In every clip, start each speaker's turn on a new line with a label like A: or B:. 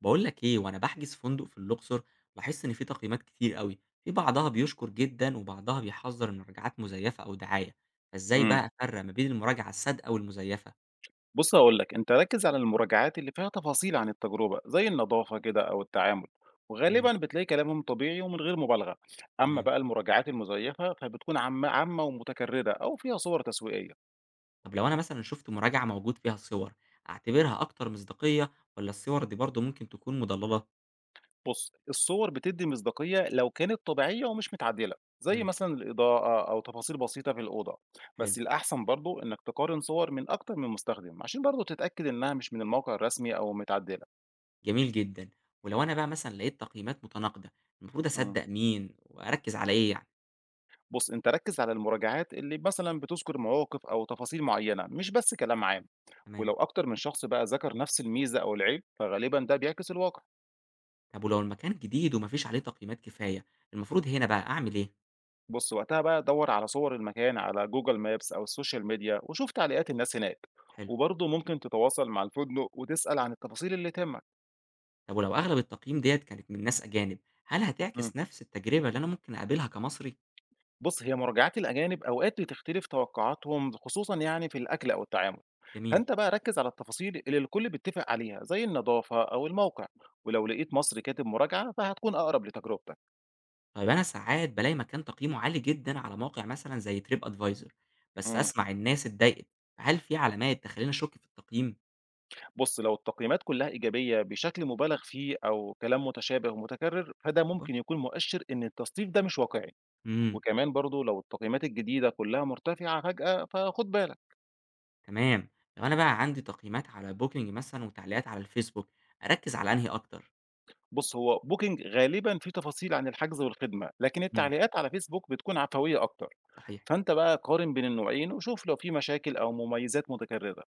A: بقول لك ايه وانا بحجز فندق في الاقصر، لاحظت ان في تقييمات كتير قوي. في بعضها بيشكر جدا وبعضها بيحذر من مراجعات مزيفه او دعايه. فازاي
B: إمم.
A: بقى افرق ما بين المراجعه الصادقه والمزيفه؟
B: بُص هاقول لك، أنت ركّز على المراجعات اللي فيها تفاصيل عن التجربة، زي النضافة كده أو التعامل،
A: امم.
B: وغالبًا بتلاقي كلامهم طبيعي ومن غير مبالغة. أمّا
A: تمام.
B: بقى المراجعات المزيفة فبتكون عامة ومتكررة أو فيها صور تسويقية.
A: طب لو انا مثلا شفت مراجعه موجود فيها صور، اعتبرها اكتر مصداقيه ولا الصور دي برضو ممكن تكون مضلله؟
B: بُص، الصور بتدّي مصداقية لو كانت طبيعية ومش متعدلة، زي
A: امم.
B: مثلًا الإضاءة أو تفاصيل بسيطة في الأوضة. بس
A: حلو.
B: الأحسن برضه إنك تقارن صور من أكتر من مستخدم، عشان برضه تتأكد إنها مش من الموقع الرسمي أو متعدلة.
A: جميل جدا. ولو انا بقى مثلا لقيت تقييمات متناقضه، المفروض
B: إمم.
A: اصدق مين واركز على ايه يعني؟
B: بُص، أنت ركّز على المراجعات اللي مثلًا بتذكر مواقف أو تفاصيل معيّنة، مش بس كلام عام،
A: تمام.
B: ولو أكتر من شخص بقى ذكر نفس الميزة أو العيب، فغالبًا ده بيعكس الواقع.
A: طب ولو المكان جديد ومفيش عليه تقييمات كفايه، المفروض هنا بقى اعمل ايه؟
B: بُص، وقتها بقى دَوّر على صور المكان على جوجل مابس أو السوشيال ميديا وشوف تعليقات الناس هناك،
A: حلو.
B: وبرضه ممكن تتواصل مع الفندق وتسأل عن التفاصيل اللي تهمك.
A: طب ولو أغلب التقييم ديّة كانت من ناس أجانب، هل هتعكس نفس التجربة اللي أنا ممكن أقابلها كمصري؟
B: بُص، هي مراجعات الأجانب أوقات بتختلف توقعاتهم خصوصًا يعني في الأكل أو التعامل،
A: جميل.
B: فأنت بقى ركّز على التفاصيل اللي الكل بيتفق عليها زي النضافة أو الموقع، ولو لقيت مصري كاتب مراجعة فهتكون أقرب لتجربتك.
A: طيب أنا ساعات بالاقي مكان تقييمه عالي جدًا على مواقع مثلًا زي Trip Advisor، بس
B: إمم،
A: أسمع الناس اتضايقت، فهل في علامات تخلّيني أشُك في التقييم؟
B: بُص لو التقييمات كلها إيجابية بشكل مبالغ فيه أو كلام متشابه ومتكرر، فده ممكن يكون مؤشر إن التصنيف ده مش واقعي،
A: إمم.
B: وكمان برضه لو التقييمات الجديدة كلها مرتفعة فجأة فخُد بالك.
A: تمام. لو أنا بقى عندي تقييمات على Booking مثلًا وتعليقات على الفيسبوك، أركّز على أنهي أكتر؟
B: بُص هو Booking غالبًا فيه تفاصيل عن الحجز والخدمة، لكن
A: إمم،
B: التعليقات على Facebook بتكون عفوية أكتر.
A: صحيح.
B: فأنت بقى قارن بين النوعين وشوف لو في مشاكل أو مميزات متكررة.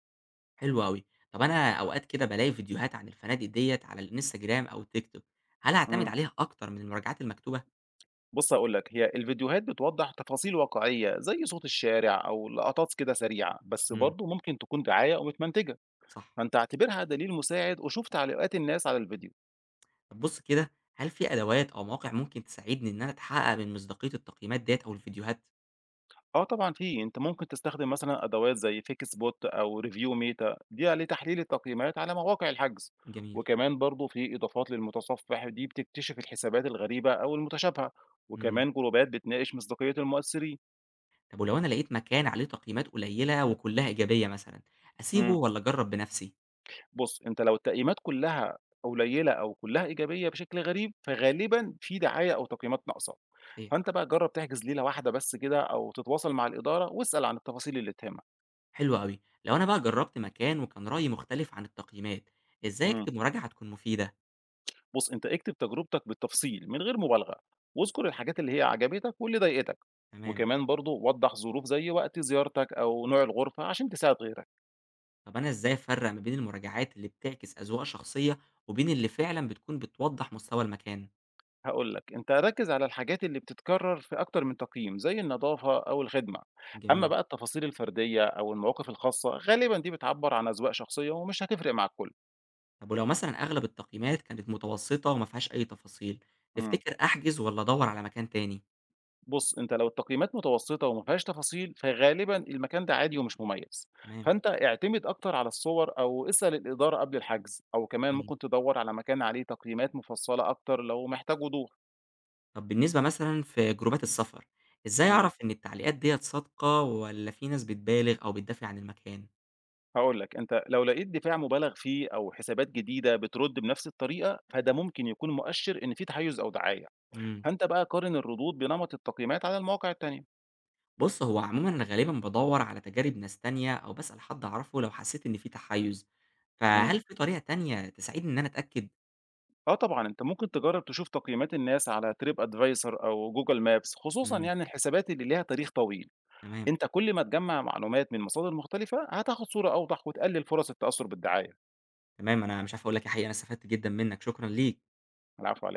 A: حلو أوي. طب أنا أوقات كده بالاقي فيديوهات عن الفنادق ديّة على الإنستجرام أو التيك توك، هل أعتمد
B: إمم.
A: عليها أكتر من المراجعات المكتوبة؟
B: بُص هاقول لك، هي الفيديوهات بتوضّح تفاصيل واقعية زي صوت الشارع أو لقطات كده سريعة، بس
A: إمم.
B: برضه ممكن تكون دعاية أو متمنتجة،
A: صح.
B: فأنت اعتبرها دليل مساعد وشوف تعليقات الناس على الفيديو.
A: طب بُص كده، هل في أدوات أو مواقع ممكن تساعدني إن أنا أتحقق من مصداقية التقييمات ديّة أو الفيديوهات؟
B: آه طبعًا في، أنت ممكن تستخدم مثلًا أدوات زي Fakespot أو ReviewMeta دي لتحليل التقييمات على مواقع الحجز،
A: جميل.
B: وكمان برضه في إضافات للمتصفح دي بتكتشف الحسابات الغريبة أو المتشابهة،
A: إمم.
B: وكمان جروبات بتناقش مصداقية المؤثرين.
A: طب ولو أنا لقيت مكان عليه تقييمات قليلة وكلها إيجابية مثلًا، أسيبه
B: إمم.
A: والّا أجرّب بنفسي؟
B: بُص، أنت لو التقييمات كلّها قليّلة أو كلّها إيجابية بشكل غريب، فغالبًا في دعاية أو تقييمات ناقصة.
A: صحيح.
B: فأنت بقى جرّب تحجز ليلة واحدة بس كده أو تتواصل مع الإدارة واسأل عن التفاصيل اللي تهمك.
A: حلو أوي. لو أنا بقى جرّبت مكان وكان رأيي مختلف عن التقييمات، إزاي
B: إمم.
A: أكتب مراجعة تكون مفيدة؟
B: بُص، أنت اكتب تجربتك بالتفصيل من غير مبالغة واذكر الحاجات اللي هي عجبتك واللي ضايقتك،
A: تمام.
B: وكمان برضه وضّح ظروف زي وقت زيارتك أو نوع الغرفة عشان تساعد غيرك.
A: طب أنا إزاي أفرّق ما بين المراجعات اللي بتعكس أذواق شخصية وبين اللي فعلًا بتكون بتوضّح مستوى المكان؟
B: هاقول لك، أنت ركّز على الحاجات اللي بتتكرر في أكتر من تقييم، زي النضافة أو الخدمة. أمّا
A: جميل.
B: بقى التفاصيل الفردية أو المواقف الخاصة، غالبًا دي بتعبّر عن أذواق شخصية ومش هتفرق مع الكل.
A: طب ولو مثلًا أغلب التقييمات كانت متوسطة وما فيهاش أي تفاصيل،
B: إمم.
A: تفتكر أحجز والّا أدوّر على مكان تاني؟
B: بُص، أنت لو التقييمات متوسطة وما فيهاش تفاصيل، فغالبًا المكان ده عادي ومش مميز.
A: تمام.
B: فأنت اعتمد أكتر على الصور أو اسأل الإدارة قبل الحجز، أو كمان
A: إمم.
B: ممكن تدوّر على مكان عليه تقييمات مفصّلة أكتر لو محتاج وضوح.
A: طب بالنسبة مثلًا في جروبات السفر، إزاي
B: إمم.
A: أعرف إن التعليقات ديّة صادقة والّا في ناس بتبالغ أو بتدافع عن المكان؟
B: هاقول لك، أنت لو لقيت دفاع مُبالغ فيه أو حسابات جديدة بترُد بنفس الطريقة، فده ممكن يكون مؤشر إن في تحيُّز أو دعاية،
A: إمم.
B: فأنت بقى قارن الردود بنمط التقييمات على المواقع التانية.
A: بُص، هو عمومًا أنا غالبًا بادوّر على تجارب ناس تانية أو باسأل حد أعرفه لو حسيت إن في تحيُّز،
B: إمم.
A: فهل في طريقة تانية تساعدني إن أنا أتأكد؟
B: آه طبعًا، أنت ممكن تجرّب تشوف تقييمات الناس على TripAdvisor أو Google Maps، خصوصًا
A: إمم،
B: يعني الحسابات اللي ليها تاريخ طويل.
A: تمام،
B: أنت كل ما تجمّع معلومات من مصادر مختلفة، هتاخد صورة أوضح وتقلل فرص التأثُّر بالدعاية.
A: تمام. أنا مش عارف أقول لك إيه حقيقي، أنا استفدت جدًا منّك، شكرًا ليك.
B: العفو على